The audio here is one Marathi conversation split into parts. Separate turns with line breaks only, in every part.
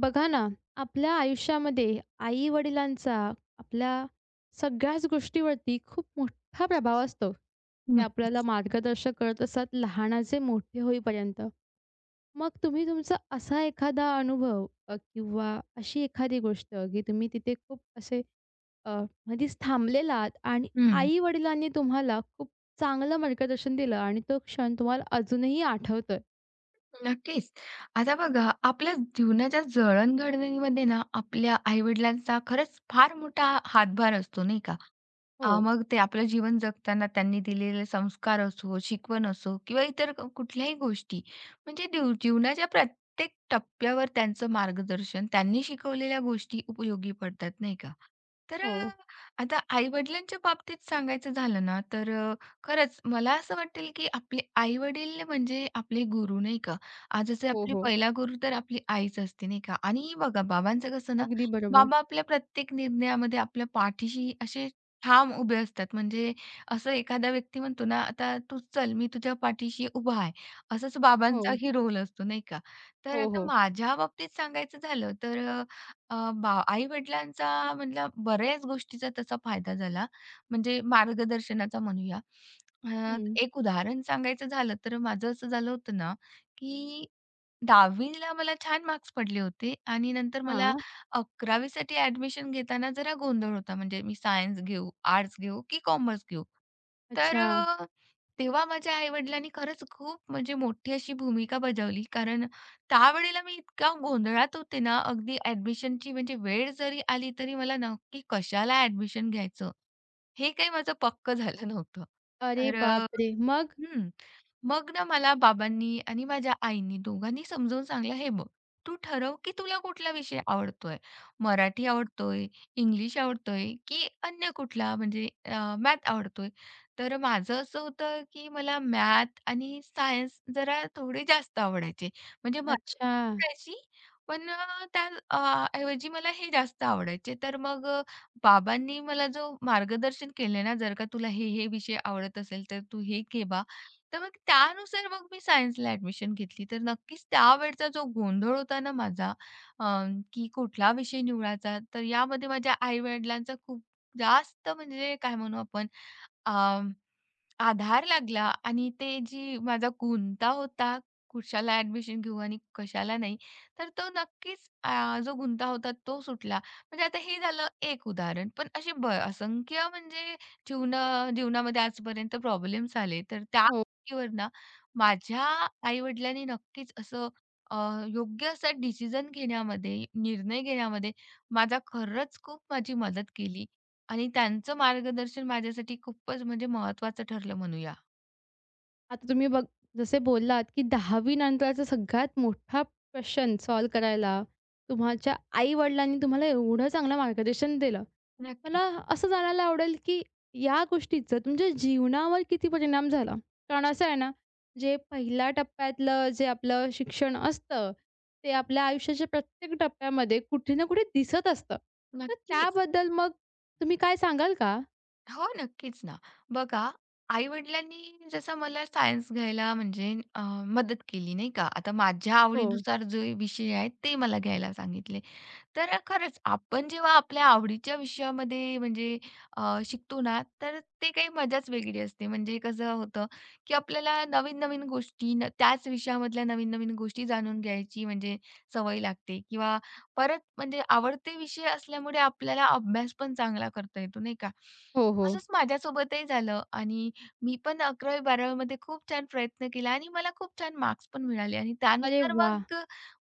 बघा ना, आपल्या आयुष्यामध्ये आई-वडिलांचा आपल्या सगळ्याच गोष्टीवरती खूप मोठा प्रभाव असतो. ते आपल्याला
नक्कीच.
मार्गदर्शन करत असतात लहानाचे मोठे होईपर्यंत. मग तुम्ही तुमचा असा एखादा अनुभव किंवा अशी एखादी गोष्ट की तुम्ही तिथे खूप असे अ, मधीच थांबलेलात आणि
हं.
आई-वडिलांनी तुम्हाला खूप चांगलं मार्गदर्शन दिलं आणि तो क्षण तुम्हाला अजूनही आठवतोय?
नक्कीच. आता बघा, आपल्या जीवनाच्या जडणघडणीमध्ये ना, आपल्या आई खरंच फार मोठा हातभार असतो, नाही का?
हो,
मग ते आपलं जीवन जगताना त्यांनी दिलेले संस्कार असो, शिकवण असो किंवा इतर कुठल्याही गोष्टी म्हणजे जीवनाच्या प्रत्येक टप्प्यावर त्यांचं मार्गदर्शन, त्यांनी शिकवलेल्या गोष्टी उपयोगी पडतात, नाही का? तर
हो.
आता आई-वडिलांच्या बाबतीत सांगायचं झालं ना, तर खरंच मला असं वाटेल की आपले आई-वडील म्हणजे आपले गुरु, नाही का? आज जसे
हो,
आपली
हो.
पहिला गुरु तर आपली आईच असते, नाही का? आणि बघा बाबांचं कसं ना,
अगदी बरोबर.
बाबा आपल्या प्रत्येक निर्णयामध्ये आपल्या पाठीशी असे ठाम उभे असतात. म्हणजे असं एखादा व्यक्ती म्हणतो ना, "आता तूच चल, मी तुझ्या पाठीशी उभा आहे." असाच
हो.
बाबांचाही रोल असतो नाही का? तर
हो,
आता
हो.
माझ्या बाबतीत सांगायचं झालं तर आई-वडिलांचा म्हटलं बऱ्याच गोष्टीचा तसा फायदा झाला. म्हणजे मार्गदर्शनाचा म्हणूया. अ,
हं.
एक उदाहरण सांगायचं झालं तर माझं असं झालं होतं ना, की 10वी ला मला छान मार्क्स पडले होते आणि नंतर मला
हां.
11वी साठी ॲडमिशन घेताना जरा गोंधळ होता, म्हणजे मी सायन्स घेऊ, आर्ट्स घेऊ की कॉमर्स घेऊ? तर
अच्छा.
तेव्हा माझ्या आई-वडिलांनी खरंच खूप म्हणजे मोठी अशी भूमिका बजावली. कारण त्यावेळेला मी इतक्या गोंधळात होते ना, अगदी ॲडमिशनची म्हणजे वेळ जरी आली, तरी मला नक्की कशाला ॲडमिशन घ्यायचं, हे काही माझं पक्कं झालं नव्हतं.
अरे
तर
बापरे! मग?
हं. मग ना मला बाबांनी आणि माझ्या आईनी दोघांनी समजावून सांगितलं, "हे बघ, तू ठरव की तुला कुठला विषय आवडतोय. मराठी आवडतोय, इंग्लिश आवडतोय की अन्य कुठला म्हणजे मॅथ आवडतोय." तर माझं असं होतं की मला मॅथ आणि सायन्स जरा थोडे जास्त आवडायचे. म्हणजे मराठी
अच्छा.
आवडायची पण त्या ऐवजी मला हे जास्त आवडायचे. तर मग बाबांनी मला जो मार्गदर्शन केले ना, "जर का तुला हे, हे विषय आवडत असेल तर तू हे घे बा." तर मग त्यानुसार मग मी सायन्सला ॲडमिशन घेतली. तर नक्कीच त्यावेळचा जो गोंधळ होता ना माझा अ, की कुठला विषय निवडायचा, तर यामध्ये माझ्या आई-वडिलांचा खूप जास्त म्हणजे काय म्हणू आपण अं, आधार लागला आणि ते जी माझा गुंता होता, कुशाला ॲडमिशन घेऊ आणि कशाला नाही, तर तो नक्कीच जो गुंता होता तो सुटला. म्हणजे आता हे झालं एक उदाहरण. पण असे असंख्य म्हणजे जीवना जीवनामध्ये आजपर्यंत प्रॉब्लेम्स आले. तर त्या
हो.
गोष्टीवर ना माझ्या आई-वडिलांनी नक्कीच असं अ, योग्य असा डिसिजन घेण्यामध्ये, निर्णय घेण्यामध्ये माझा खरंच खूप माझी मदत केली. आणि त्यांचं मार्गदर्शन माझ्यासाठी खूपच म्हणजे महत्त्वाचं ठरलं म्हणूया.
आता तुम्ही बघ जसे बोललात, की 10वी नंतरचा सगळ्यात मोठा क्वेशन सॉल्व्ह करायला तुमच्या आई-वडिलांनी तुम्हाला एवढं चांगलं मार्गदर्शन दिलं. मला
नक्कीच,
असं जाणायला आवडेल, की या गोष्टीचा तुमच्या जीवनावर किती परिणाम झाला? कारण असं आहे ना, जे पहिल्या टप्प्यातलं जे आपलं शिक्षण असतं, ते आपल्या आयुष्याच्या प्रत्येक टप्प्यामध्ये कुठे ना कुठे दिसत असतं. तर
नक्कीच.
त्याबद्दल मग तुम्ही काय सांगाल का?
हो, नक्कीच ना. बघा, आई-वडिलांनी जसं मला सायन्स घ्यायला म्हणजे मदत केली नाही का. आता माझ्या
हो.
आवडीनुसार जे विषय आहेत ते मला घ्यायला सांगितले. तर खरंच आपण जेव्हा आपल्या आवडीच्या विषयामध्ये म्हणजे शिकतो ना, तर ते काही मजाच वेगळी असते. म्हणजे कसं होतं, की आपल्याला नवीन-नवीन गोष्टी त्याच विषयामधल्या नवीन-नवीन गोष्टी जाणून घ्यायची म्हणजे सवय लागते किंवा परत म्हणजे आवडते विषय असल्यामुळे आपल्याला अभ्यास पण चांगला करता येतो, नाही का?
हो, हो.
असंच माझ्यासोबतही झालं आणि मी पण 11वी-12वी मध्ये खूप छान प्रयत्न केला आणि मला खूप छान मार्क्स पण मिळाले आणि
अरे
त्यानुसार
वाह!
मग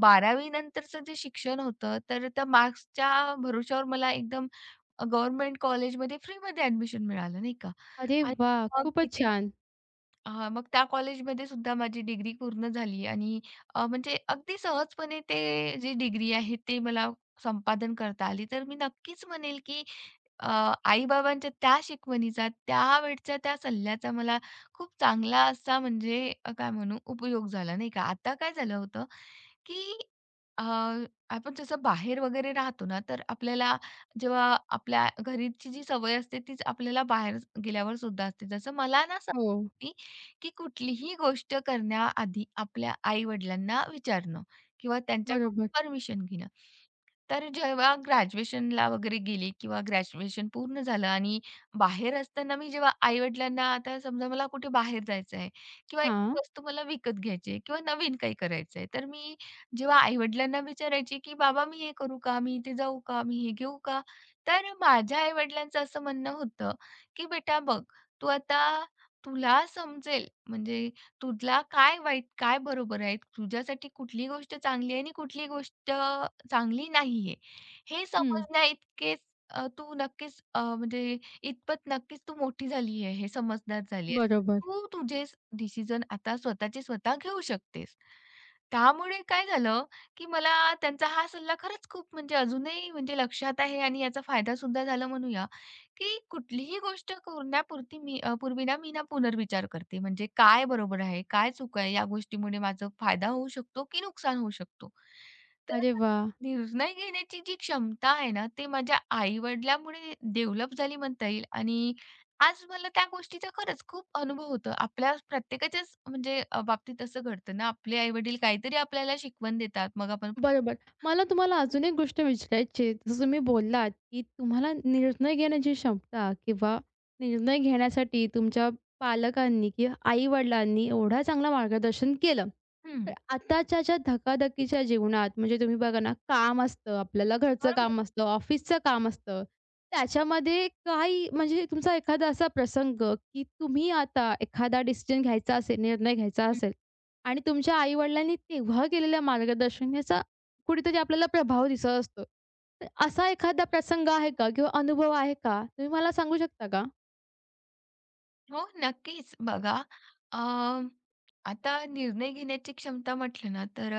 बारावी नंतरचं जे शिक्षण होतं, तर त्या मार्क्सच्या भरवशावर मला एकदम गव्हर्नमेंट कॉलेजमध्ये फ्रीमध्ये ॲडमिशन मिळालं, नाही का.
अरे
आणि
वाह!
मग
खूपच
तिथे
छान.
हां, मग त्या कॉलेजमध्ये सुद्धा माझी डिग्री पूर्ण झाली आणि म्हणजे अगदी सहजपणे ते जी डिग्री आहे ते मला संपादन करता आली. तर मी नक्कीच म्हणेल की आई-बाबांच्या त्या शिकवणीचा, त्यावेळच्या त्या सल्ल्याचा मला खूप चांगला असा म्हणजे काय म्हणू उपयोग झाला नाही का. आता काय झालं होतं की अ, आपण जसं बाहेर वगैरे राहतो ना, तर आपल्याला जेव्हा आपल्या घरची जी सवय असते तीच आपल्याला बाहेर गेल्यावर सुद्धा असते. जसं मला ना
हो,
की कुठलीही गोष्ट करण्याआधी आपल्या आई-वडिलांना विचारणं किंवा त्यांच्याकडून
बरोबर.
परमिशन घेणं. तर जेव्हा ग्रॅज्युएशनला वगैरे गेले किंवा ग्रॅज्युएशन पूर्ण झालं आणि बाहेर असताना मी जेव्हा आई-वडिलांना आता समजा मला कुठे बाहेर जायचं आहे किंवा
हां.
एखादी वस्तू मला विकत घ्यायची आहे किंवा नवीन काही करायचं आहे, तर मी जेव्हा आई-वडिलांना विचारायची की "बाबा मी हे करू का? मी इथे जाऊ का? मी हे घेऊ का?" तर माझ्या आई-वडिलांचं असं म्हणणं होतं की "बेटा बघ, तू आता तुला समजेल म्हणजे तुला काय वाईट, काय बरोबर आहे, तुझ्यासाठी कुठली गोष्ट चांगली आहे आणि कुठली गोष्ट चांगली नाहीये. हे
हं.
समजण्याइतकेच तू नक्कीच म्हणजे इतपत नक्कीच तू मोठी झाली आहे, हे समजदार झाली आहेस.
बरोबर.
तू तुझे डिसिजन आता स्वतःचे स्वतः घेऊ शकतेस. त्यामुळे काय झालं, की मला त्यांचा हा सल्ला खरंच खूप म्हणजे अजूनही म्हणजे लक्षात आहे आणि याचा फायदा सुद्धा झाला म्हणूया. की कुठलीही गोष्ट करण्यापुरती मी पूर्वी ना मी ना पुनर्विचार करते. म्हणजे काय बरोबर आहे? काय चूक आहे? या गोष्टीमुळे माझा फायदा होऊ शकतो की नुकसान होऊ शकतो? तर
अरे वाह!
निर्णय घेण्याची जी क्षमता आहे ना, ते माझ्या आई-वडिलांमुळे डेव्हलप झाली म्हणता येईल आणि आज मला त्या गोष्टीचा खरंच खूप अनुभव होतो. आपल्या प्रत्येकाच्याच म्हणजे बाबतीत असं घडतं ना, आपले आई-वडील काहीतरी आपल्याला शिकवण देतात. मग आपण
बरोबर. मला तुम्हाला अजून एक गोष्ट विचारायची आहे. जसं तुम्ही बोललात, की तुम्हाला निर्णय घेण्याची क्षमता किंवा निर्णय घेण्यासाठी तुमच्या पालकांनी किंवा आई-वडिलांनी एवढं चांगलं मार्गदर्शन केलं.
हं,
तर आताच्या ज्या धकाधकीच्या जीवनात म्हणजे तुम्ही बघा ना, काम असतं, आपल्याला घरचं
बरोबर.
काम असतं, ऑफिसचं काम असतं. त्याच्यामध्ये काही म्हणजे तुमचा एखादा असा प्रसंग, की तुम्ही आता एखादा डिसिजन घ्यायचा असेल, निर्णय घ्यायचा असेल आणि तुमच्या आई तेव्हा केलेलं मार्गदर्शन याचा कुठेतरी आपल्याला प्रभाव दिसत असतो. तर असा एखादा प्रसंग आहे का किंवा अनुभव आहे का? तुम्ही मला सांगू शकता का?
हो, नक्कीच. बघा अ, आता निर्णय घेण्याची क्षमता म्हटलं ना, तर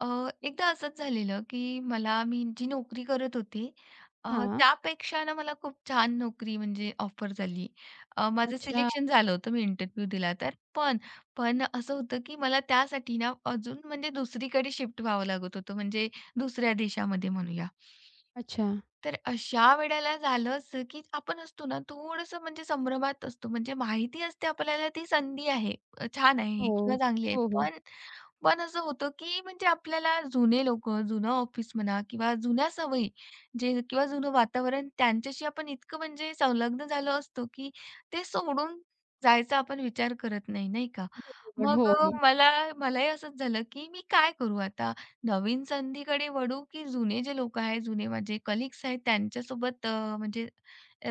एकदा असंच झालेलं, की मला मी जी नोकरी करत होते अ,
हां.
त्यापेक्षा ना मला खूप छान नोकरी म्हणजे ऑफर झाली. माझं
अच्छा,
सिलेक्शन झालं होतं, मी इंटरव्ह्यू दिला तर. पण पण असं होतं, की मला त्यासाठी ना अजून म्हणजे दुसरीकडे शिफ्ट व्हावं लागत होतं, म्हणजे दुसऱ्या देशामध्ये म्हणूया.
अच्छा.
तर अशा वेळेला झालं असं, की आपण असतो ना थोडंसं म्हणजे संभ्रमात असतो. म्हणजे माहिती असते आपल्याला ती संधी आहे, छान आहे
हो.
किंवा चांगली आहे.
हो, हो.
पण पण असं होतं, की म्हणजे आपल्याला जुने लोकं, जुनं ऑफिस म्हणा किंवा जुन्या सवयी जे किंवा जुनं वातावरण त्यांच्याशी आपण इतकं म्हणजे संलग्न झालो असतो, की ते सोडून जायचा आपण विचार करत नाही, नाही का?
बरोबर.
मग
हो, हो.
मलाही असंच झालं, की मी काय करू आता? नवीन संधीकडे वळू, की जुने जे लोकं आहेत, जुने माझे कलीग्स आहेत त्यांच्यासोबत म्हणजे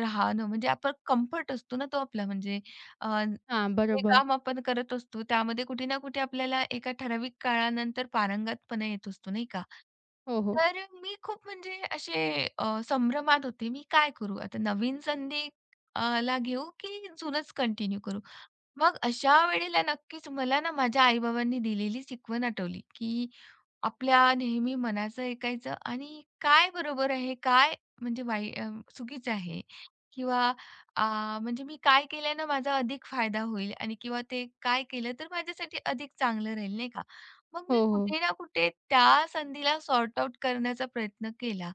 राहणं म्हणजे आपण कम्फर्ट असतो ना तो आपला म्हणजे अ,
हां,
जे
बरोबर.
काम आपण करत असतो त्यामध्ये कुठे ना कुठे आपल्याला एका ठराविक काळानंतर पारंगतपणा येत असतो, नाही का?
हो, हो.
तर मी खूप म्हणजे असे संभ्रमात होते, मी काय करू? आता नवीन संधी ...ला घेऊ, की जुनंच कंटिन्यू करू? मग अशा वेळेला नक्कीच मला ना माझ्या आई-बाबांनी दिलेली शिकवण आठवली, की आपल्या नेहमी मनाचं ऐकायचं आणि काय बरोबर आहे, काय म्हणजे चुकीचं आहे किंवा अ, म्हणजे मी काय केल्यानं माझा अधिक फायदा होईल आणि किंवा ते काय केलं तर माझ्यासाठी अधिक चांगलं राहील, नाही का? मग मी
हो, हो.
कुठे ना कुठे त्या संधीला सॉर्ट आउट करण्याचा प्रयत्न केला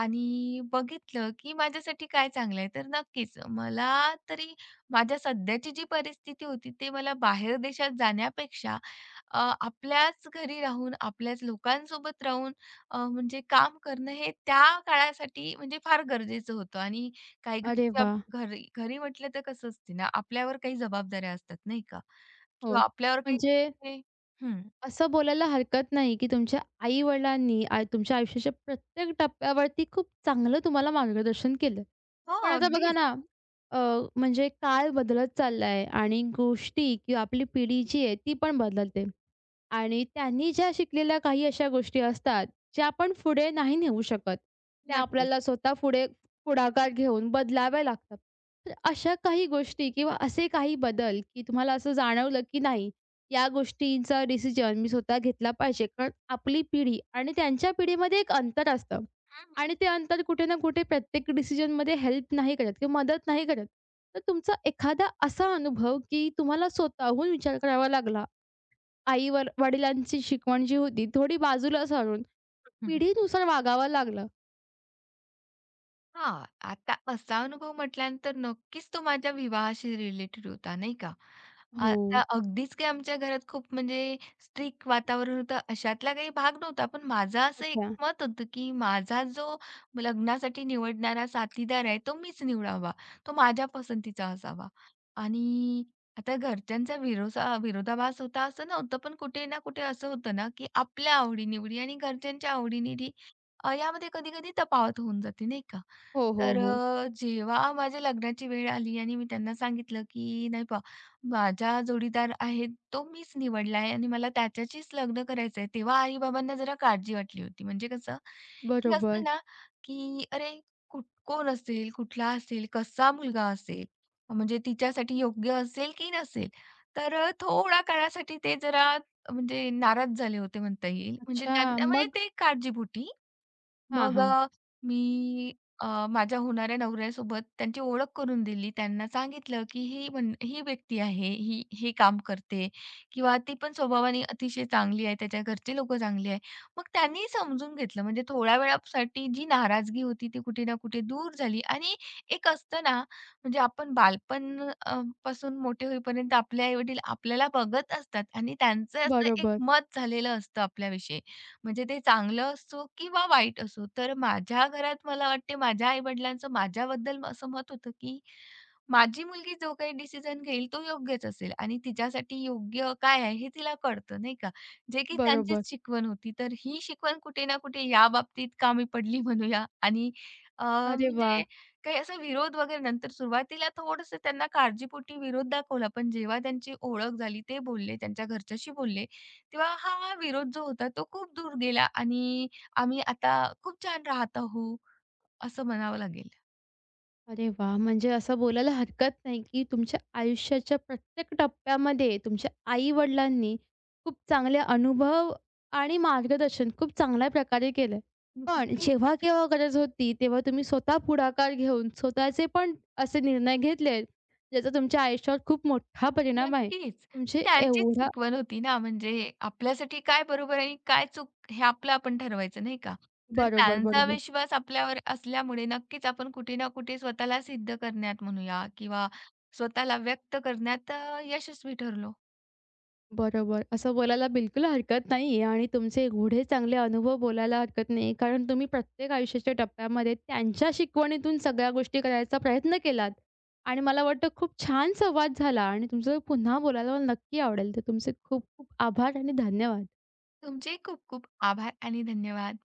आणि बघितलं, की माझ्यासाठी काय चांगलं आहे. तर नक्कीच मला तरी माझ्या सध्याची जी परिस्थिती होती, ते मला बाहेर देशात जाण्यापेक्षा आपल्याच घरी राहून, आपल्याच लोकांसोबत राहून म्हणजे काम करणं हे त्या काळासाठी म्हणजे फार गरजेचं होतं आणि काही
अरे वाह!
घरी घरी म्हटलं तर कसं असते ना, आपल्यावर काही जबाबदाऱ्या असतात नाही का?
हो.
किंवा आपल्यावर
म्हणजे
काही हं.
असं बोलायला हरकत नाही, की तुमच्या आई-वडिलांनी आ तुमच्या आयुष्याच्या प्रत्येक टप्प्यावरती खूप चांगलं तुम्हाला मार्गदर्शन केलं.
हो,
पण आता बघा
अगदीच.
ना, अ, म्हणजे काळ बदलत चाललाय आणि गोष्टी किंवा आपली पिढी जी आहे ती पण बदलते. आणि त्यांनी ज्या शिकलेल्या काही अशा गोष्टी असतात, ज्या आपण पुढे नाही नेऊ शकत. त्या
नक्कीच.
आपल्याला स्वतः पुढे पुढाकार घेऊन बदलाव्या लागतात. तर अशा काही गोष्टी किंवा असे काही बदल, की तुम्हाला असं जाणवलं, की नाही या गोष्टींचा डिसिजन मी स्वतः घेतला पाहिजे. कारण आपली पिढी आणि त्यांच्या पिढीमध्ये एक अंतर असतं
हं,
आणि ते अंतर कुठे ना कुठे प्रत्येक डिसिजनमध्ये हेल्प नाही करत किंवा मदत नाही करत. तर तुमचा एखादा असा अनुभव, की तुम्हाला स्वतःहून विचार करावा लागला, आईवर वडिलांची शिकवण जी होती थोडी बाजूला सारून
हं.
पिढीनुसार वागावं लागलं?
हां, आता असा अनुभव म्हटल्यानंतर नक्कीच तो माझ्या विवाहाशी रिलेटेड होता, नाही का.
हो.
आता अगदीच काही आमच्या घरात खूप म्हणजे स्ट्रिक्ट वातावरण होतं, अशातला काही भाग नव्हता. पण माझं असं एक
अच्छा.
मत होतं, की माझा जो लग्नासाठी निवडणारा साथीदार आहे, तो मीच निवडावा. तो माझ्या पसंतीचा असावा. आणि आता घरच्यांचा विरोधाभास होता असं नव्हतं, पण कुठे ना कुठे असं होतं ना, की आपल्या आवडी आणि घरच्यांच्या आवडी यामध्ये कधी-कधी तफावत होऊन जाते, नाही का.
हो, हो,
तर
हो.
जेव्हा माझ्या लग्नाची वेळ आली आणि मी त्यांना सांगितलं, की "नाही पहा, माझा जोडीदार आहे तो मीच निवडला आहे आणि मला त्याच्याशीच लग्न करायचं आहे." तेव्हा आई-बाबांना जरा काळजी वाटली होती. म्हणजे कसं, की
बरोबर.
असतं ना, की "अरे, कोण असेल, कुठला असेल, कसा मुलगा असेल, म्हणजे तिच्यासाठी योग्य असेल की नसेल?" तर थोडा काळासाठी ते जरा म्हणजे नाराज झाले होते म्हणता येईल. म्हणजे
अच्छा.
त्यांना म्हणजे
मग
ते काळजीपोटी.
हां,
मग
हां.
मी माझ्या होणाऱ्या नवऱ्यासोबत त्यांची ओळख करून दिली. त्यांना सांगितलं, की ही व्यक्ती आहे, ही हे काम करते किंवा ती पण स्वभावाने अतिशय चांगली आहे, त्याच्या घरचे लोकं चांगली आहे. मग त्यांनी समजून घेतलं. म्हणजे थोड्या वेळासाठी जी नाराजगी होती ती कुठे ना कुठे दूर झाली आणि एक असतं ना, म्हणजे आपण बालपण पासून मोठे होईपर्यंत आपले आई-वडील आपल्याला बघत असतात आणि त्यांचं असं एक
बरोबर,
मत झालेलं असतं आपल्याविषयी. म्हणजे ते चांगलं असो किंवा वाईट असो. तर माझ्या घरात मला वाटते माझ्या आई-वडिलांचं माझ्याबद्दल असं मत होतं, की माझी मुलगी जो काही डिसिजन घेईल तो योग्यच असेल आणि तिच्यासाठी योग्य काय आहे हे तिला कळतं नाही का. जे की
बरोबर.
त्यांचीच शिकवण होती. तर ही शिकवण कुठे ना कुठे याबाबतीत कामी पडली म्हणूया आणि
अरे
म्हणजे
वाह!
काही असा विरोध वगैरे नंतर सुरुवातीला थोडंसं त्यांना काळजीपोटी विरोध दाखवला. पण जेव्हा त्यांची ओळख झाली ते बोलले, त्यांच्या घरच्याशी बोलले. तेव्हा हा विरोध जो होता तो खूप दूर गेला आणि आम्ही आता खूप छान राहत आहो, असं म्हणावं लागेल.
अरे वाह! म्हणजे असं बोलायला हरकत नाही, की तुमच्या आयुष्याच्या प्रत्येक टप्प्यामध्ये तुमच्या आई-वडिलांनी खूप चांगले अनुभव आणि मार्गदर्शन खूप चांगल्या प्रकारे केलं. पण
नक्कीच,
जेव्हा केव्हा गरज होती, तेव्हा तुम्ही स्वतः पुढाकार घेऊन स्वतःचे पण असे निर्णय घेतलेत, ज्याचा तुमच्या आयुष्यावर खूप मोठा परिणाम आहे.
नक्कीच. ती
तुमचे
त्यांचीच
एवढा
शिकवण होती ना, म्हणजे आपल्यासाठी काय बरोबर आणि काय चूक हे आपलं आपण ठरवायचं नाही का? तर
बरोबर,
त्यांचा
बरोबर.
विश्वास आपल्यावर असल्यामुळे नक्कीच आपण कुठे ना कुठे स्वतःला सिद्ध करण्यात म्हणूया किंवा स्वतःला व्यक्त करण्यात यशस्वी ठरलो.
बरोबर. असं बोलायला बिलकुल हरकत नाहीये आणि तुमचे एवढे चांगले अनुभव बोलायला हरकत नाही. कारण तुम्ही प्रत्येक आयुष्याच्या टप्प्यामध्ये त्यांच्या शिकवणीतून सगळ्या गोष्टी करायचा प्रयत्न केलात आणि मला वाटतं खूप छान संवाद झाला आणि तुमचं पुन्हा बोलायला मला नक्की आवडेल. तर तुमचे खूप खूप आभार आणि धन्यवाद.
तुमचेही खूप खूप आभार आणि धन्यवाद.